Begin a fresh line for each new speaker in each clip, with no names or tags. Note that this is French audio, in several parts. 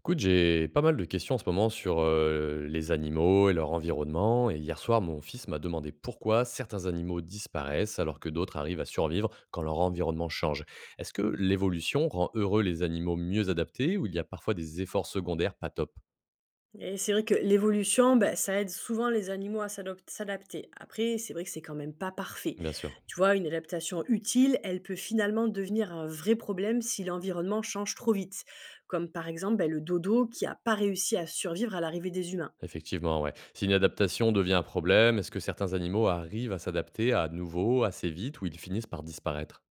Écoute, j'ai pas mal de questions en ce moment sur les animaux et leur environnement. Et hier soir, mon fils m'a demandé pourquoi certains animaux disparaissent alors que d'autres arrivent à survivre quand leur environnement change. Est-ce que l'évolution rend heureux les animaux mieux adaptés ou il y a parfois des efforts secondaires pas top?
Et c'est vrai que l'évolution, ben, ça aide souvent les animaux à s'adapter. Après, c'est vrai que c'est quand même pas parfait.
Bien sûr.
Tu vois, une adaptation utile, elle peut finalement devenir un vrai problème si l'environnement change trop vite. Comme par exemple ben, le dodo qui n'a pas réussi à survivre à l'arrivée des humains.
Effectivement, ouais. Si une adaptation devient un problème, est-ce que certains animaux arrivent à s'adapter à nouveau assez vite ou ils finissent par disparaître?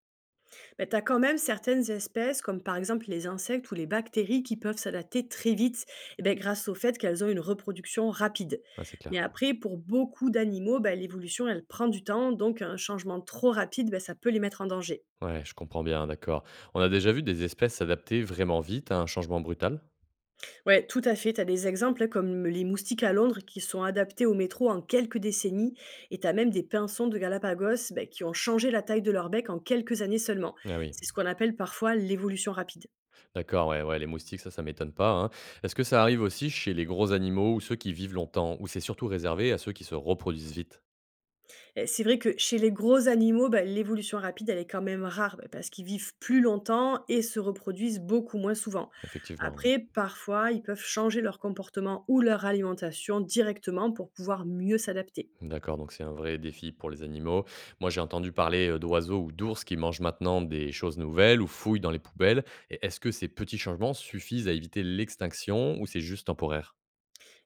Mais tu as quand même certaines espèces, comme par exemple les insectes ou les bactéries, qui peuvent s'adapter très vite eh ben, grâce au fait qu'elles ont une reproduction rapide.
Ah, c'est
Mais
clair.
après, pour beaucoup d'animaux, bah, l'évolution, elle prend du temps, donc un changement trop rapide, bah, ça peut les mettre en danger.
Ouais, je comprends bien, d'accord. On a déjà vu des espèces s'adapter vraiment vite à un changement brutal?
Ouais, tout à fait. Tu as des exemples hein, comme les moustiques à Londres qui sont adaptés au métro en quelques décennies, et tu as même des pinsons de Galapagos bah, qui ont changé la taille de leur bec en quelques années seulement.
Ah oui,
C'est ce qu'on appelle parfois l'évolution rapide.
d'accord, ouais, ouais, les moustiques, ça m'étonne pas, hein. Est-ce que ça arrive aussi chez les gros animaux ou ceux qui vivent longtemps, ou c'est surtout réservé à ceux qui se reproduisent vite?
Et c'est vrai que chez les gros animaux, bah, l'évolution rapide, elle est quand même rare, bah, parce qu'ils vivent plus longtemps et se reproduisent beaucoup moins souvent.
Effectivement, ouais.
Après, parfois, ils peuvent changer leur comportement ou leur alimentation directement pour pouvoir mieux s'adapter.
D'accord, donc c'est un vrai défi pour les animaux. Moi, j'ai entendu parler d'oiseaux ou d'ours qui mangent maintenant des choses nouvelles ou fouillent dans les poubelles. Et est-ce que ces petits changements suffisent à éviter l'extinction ou c'est juste temporaire?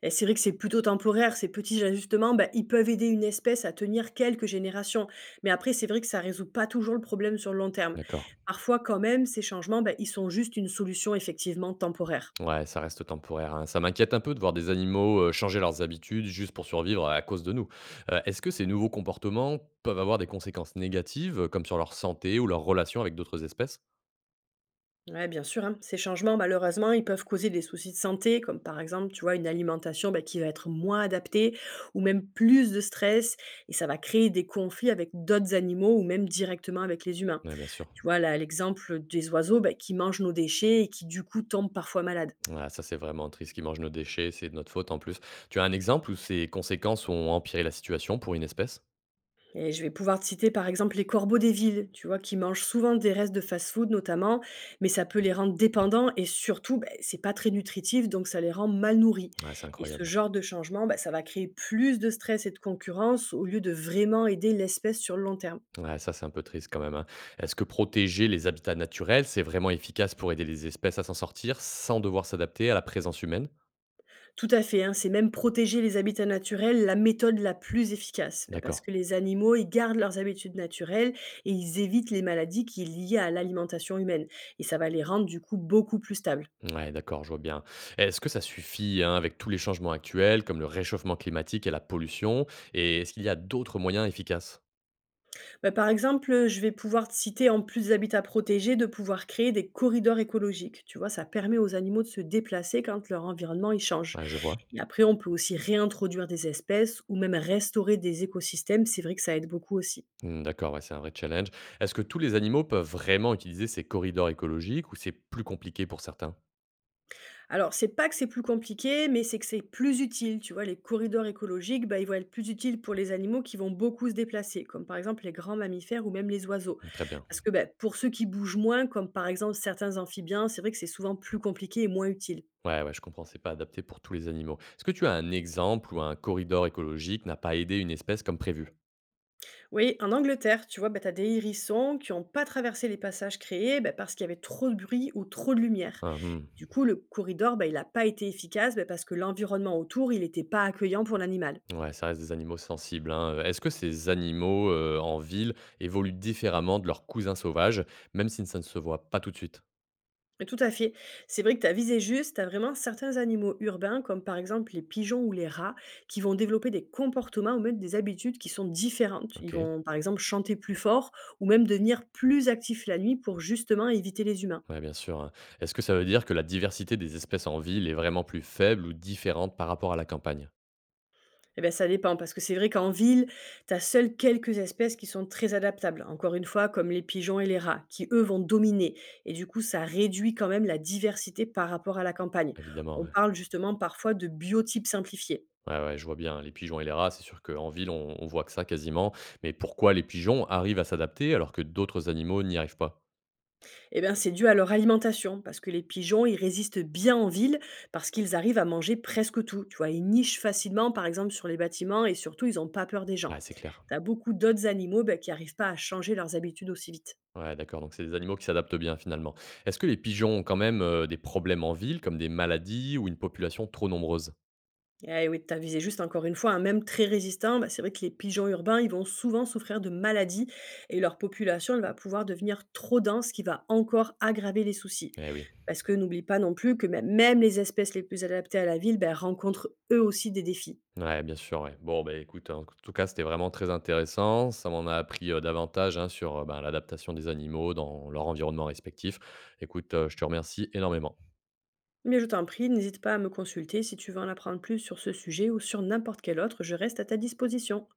Et c'est vrai que c'est plutôt temporaire, ces petits ajustements, bah, ils peuvent aider une espèce à tenir quelques générations. Mais après, c'est vrai que ça résout pas toujours le problème sur le long terme.
D'accord.
Parfois, quand même, ces changements, bah, ils sont juste une solution effectivement temporaire.
Ouais, ça reste temporaire, hein. Ça m'inquiète un peu de voir des animaux changer leurs habitudes juste pour survivre à cause de nous. Est-ce que ces nouveaux comportements peuvent avoir des conséquences négatives, comme sur leur santé ou leur relation avec d'autres espèces?
Ouais, bien sûr, hein. Ces changements, malheureusement, ils peuvent causer des soucis de santé, comme par exemple, tu vois, une alimentation bah, qui va être moins adaptée ou même plus de stress, et ça va créer des conflits avec d'autres animaux ou même directement avec les humains.
Ouais, bien sûr.
Tu vois, là, l'exemple des oiseaux bah, qui mangent nos déchets et qui, du coup, tombent parfois malades.
Ouais, ça, c'est vraiment triste qu'ils mangent nos déchets, c'est de notre faute en plus. Tu as un exemple où ces conséquences ont empiré la situation pour une espèce?
Et je vais pouvoir te citer par exemple les corbeaux des villes, tu vois, qui mangent souvent des restes de fast-food notamment, mais ça peut les rendre dépendants et surtout, beh, c'est pas très nutritif, donc ça les rend mal nourris.
Ouais, c'est
Et ce
incroyable.
genre de changement, bah, ça va créer plus de stress et de concurrence au lieu de vraiment aider l'espèce sur le long terme.
Ouais, ça, c'est un peu triste quand même, hein. Est-ce que protéger les habitats naturels, c'est vraiment efficace pour aider les espèces à s'en sortir sans devoir s'adapter à la présence humaine?
Tout à fait, hein, c'est même protéger les habitats naturels la méthode la plus efficace, bah, parce
D'accord.
que les animaux, ils gardent leurs habitudes naturelles et ils évitent les maladies qui sont liées à l'alimentation humaine. Et ça va les rendre du coup beaucoup plus stables.
Ouais, d'accord, je vois bien. Est-ce que ça suffit hein, avec tous les changements actuels, comme le réchauffement climatique et la pollution? Et est-ce qu'il y a d'autres moyens efficaces?
Bah, par exemple, je vais pouvoir te citer en plus d'habitats protégés, de pouvoir créer des corridors écologiques. Tu vois? Ça permet aux animaux de se déplacer quand leur environnement, il change
Ouais, je vois.
et après on peut aussi réintroduire des espèces ou même restaurer des écosystèmes, c'est vrai que ça aide beaucoup aussi.
Hmm, d'accord, ouais, c'est un vrai challenge. Est-ce que tous les animaux peuvent vraiment utiliser ces corridors écologiques ou c'est plus compliqué pour certains?
Alors c'est pas que c'est plus compliqué, mais c'est que c'est plus utile, tu vois? Les corridors écologiques, bah, ils vont être plus utiles pour les animaux qui vont beaucoup se déplacer, comme par exemple les grands mammifères ou même les oiseaux.
Hmm, très bien.
Parce que, bah, pour ceux qui bougent moins, comme par exemple certains amphibiens, c'est vrai que c'est souvent plus compliqué et moins utile.
Ouais, ouais, je comprends, c'est pas adapté pour tous les animaux. Est-ce que tu as un exemple où un corridor écologique n'a pas aidé une espèce comme prévu?
Oui, en Angleterre, tu vois, bah, tu as des hérissons qui n'ont pas traversé les passages créés bah, parce qu'il y avait trop de bruit ou trop de lumière.
Hum, hum.
Du coup, le corridor, bah, il n'a pas été efficace bah, parce que l'environnement autour, il n'était pas accueillant pour l'animal.
Ouais, ça reste des animaux sensibles, hein. Est-ce que ces animaux, en ville évoluent différemment de leurs cousins sauvages, même si ça ne se voit pas tout de suite?
Et tout à fait. C'est vrai que tu as visé juste, tu as vraiment certains animaux urbains, comme par exemple les pigeons ou les rats, qui vont développer des comportements ou même des habitudes qui sont différentes. Ils
OK,
vont par exemple chanter plus fort ou même devenir plus actifs la nuit pour justement éviter les humains.
ouais, bien sûr, hein. Est-ce que ça veut dire que la diversité des espèces en ville est vraiment plus faible ou différente par rapport à la campagne?
Et bien ça dépend parce que c'est vrai qu'en ville, tu as seules quelques espèces qui sont très adaptables, encore une fois, comme les pigeons et les rats, qui eux vont dominer. Et du coup, ça réduit quand même la diversité par rapport à la campagne.
Évidemment,
On
ouais.
parle justement parfois de biotypes simplifiés.
Ouais, ouais, je vois bien, hein, les pigeons et les rats, c'est sûr qu'en ville, on voit que ça quasiment, mais pourquoi les pigeons arrivent à s'adapter alors que d'autres animaux n'y arrivent pas?
Et bien, c'est dû à leur alimentation, parce que les pigeons, ils résistent bien en ville, parce qu'ils arrivent à manger presque tout. Tu vois, ils nichent facilement, par exemple, sur les bâtiments, et surtout, ils n'ont pas peur des gens.
Ouais, c'est clair.
Tu as beaucoup d'autres animaux bah, qui n'arrivent pas à changer leurs habitudes aussi vite.
Ouais, d'accord, donc c'est des animaux qui s'adaptent bien finalement. Est-ce que les pigeons ont quand même des problèmes en ville, comme des maladies ou une population trop nombreuse?
Eh oui, tu as visé juste encore une fois, un même très résistant, bah, c'est vrai que les pigeons urbains, ils vont souvent souffrir de maladies et leur population, elle va pouvoir devenir trop dense, ce qui va encore aggraver les soucis.
Eh oui,
Parce que n'oublie pas non plus que même les espèces les plus adaptées à la ville bah, rencontrent eux aussi des défis.
ouais, bien sûr, ouais. Bon, bah écoute, en tout cas, c'était vraiment très intéressant. Ça m'en a appris davantage hein, sur ben, l'adaptation des animaux dans leur environnement respectif. Écoute, je te remercie énormément.
Mais je t'en prie, n'hésite pas à me consulter si tu veux en apprendre plus sur ce sujet ou sur n'importe quel autre, je reste à ta disposition.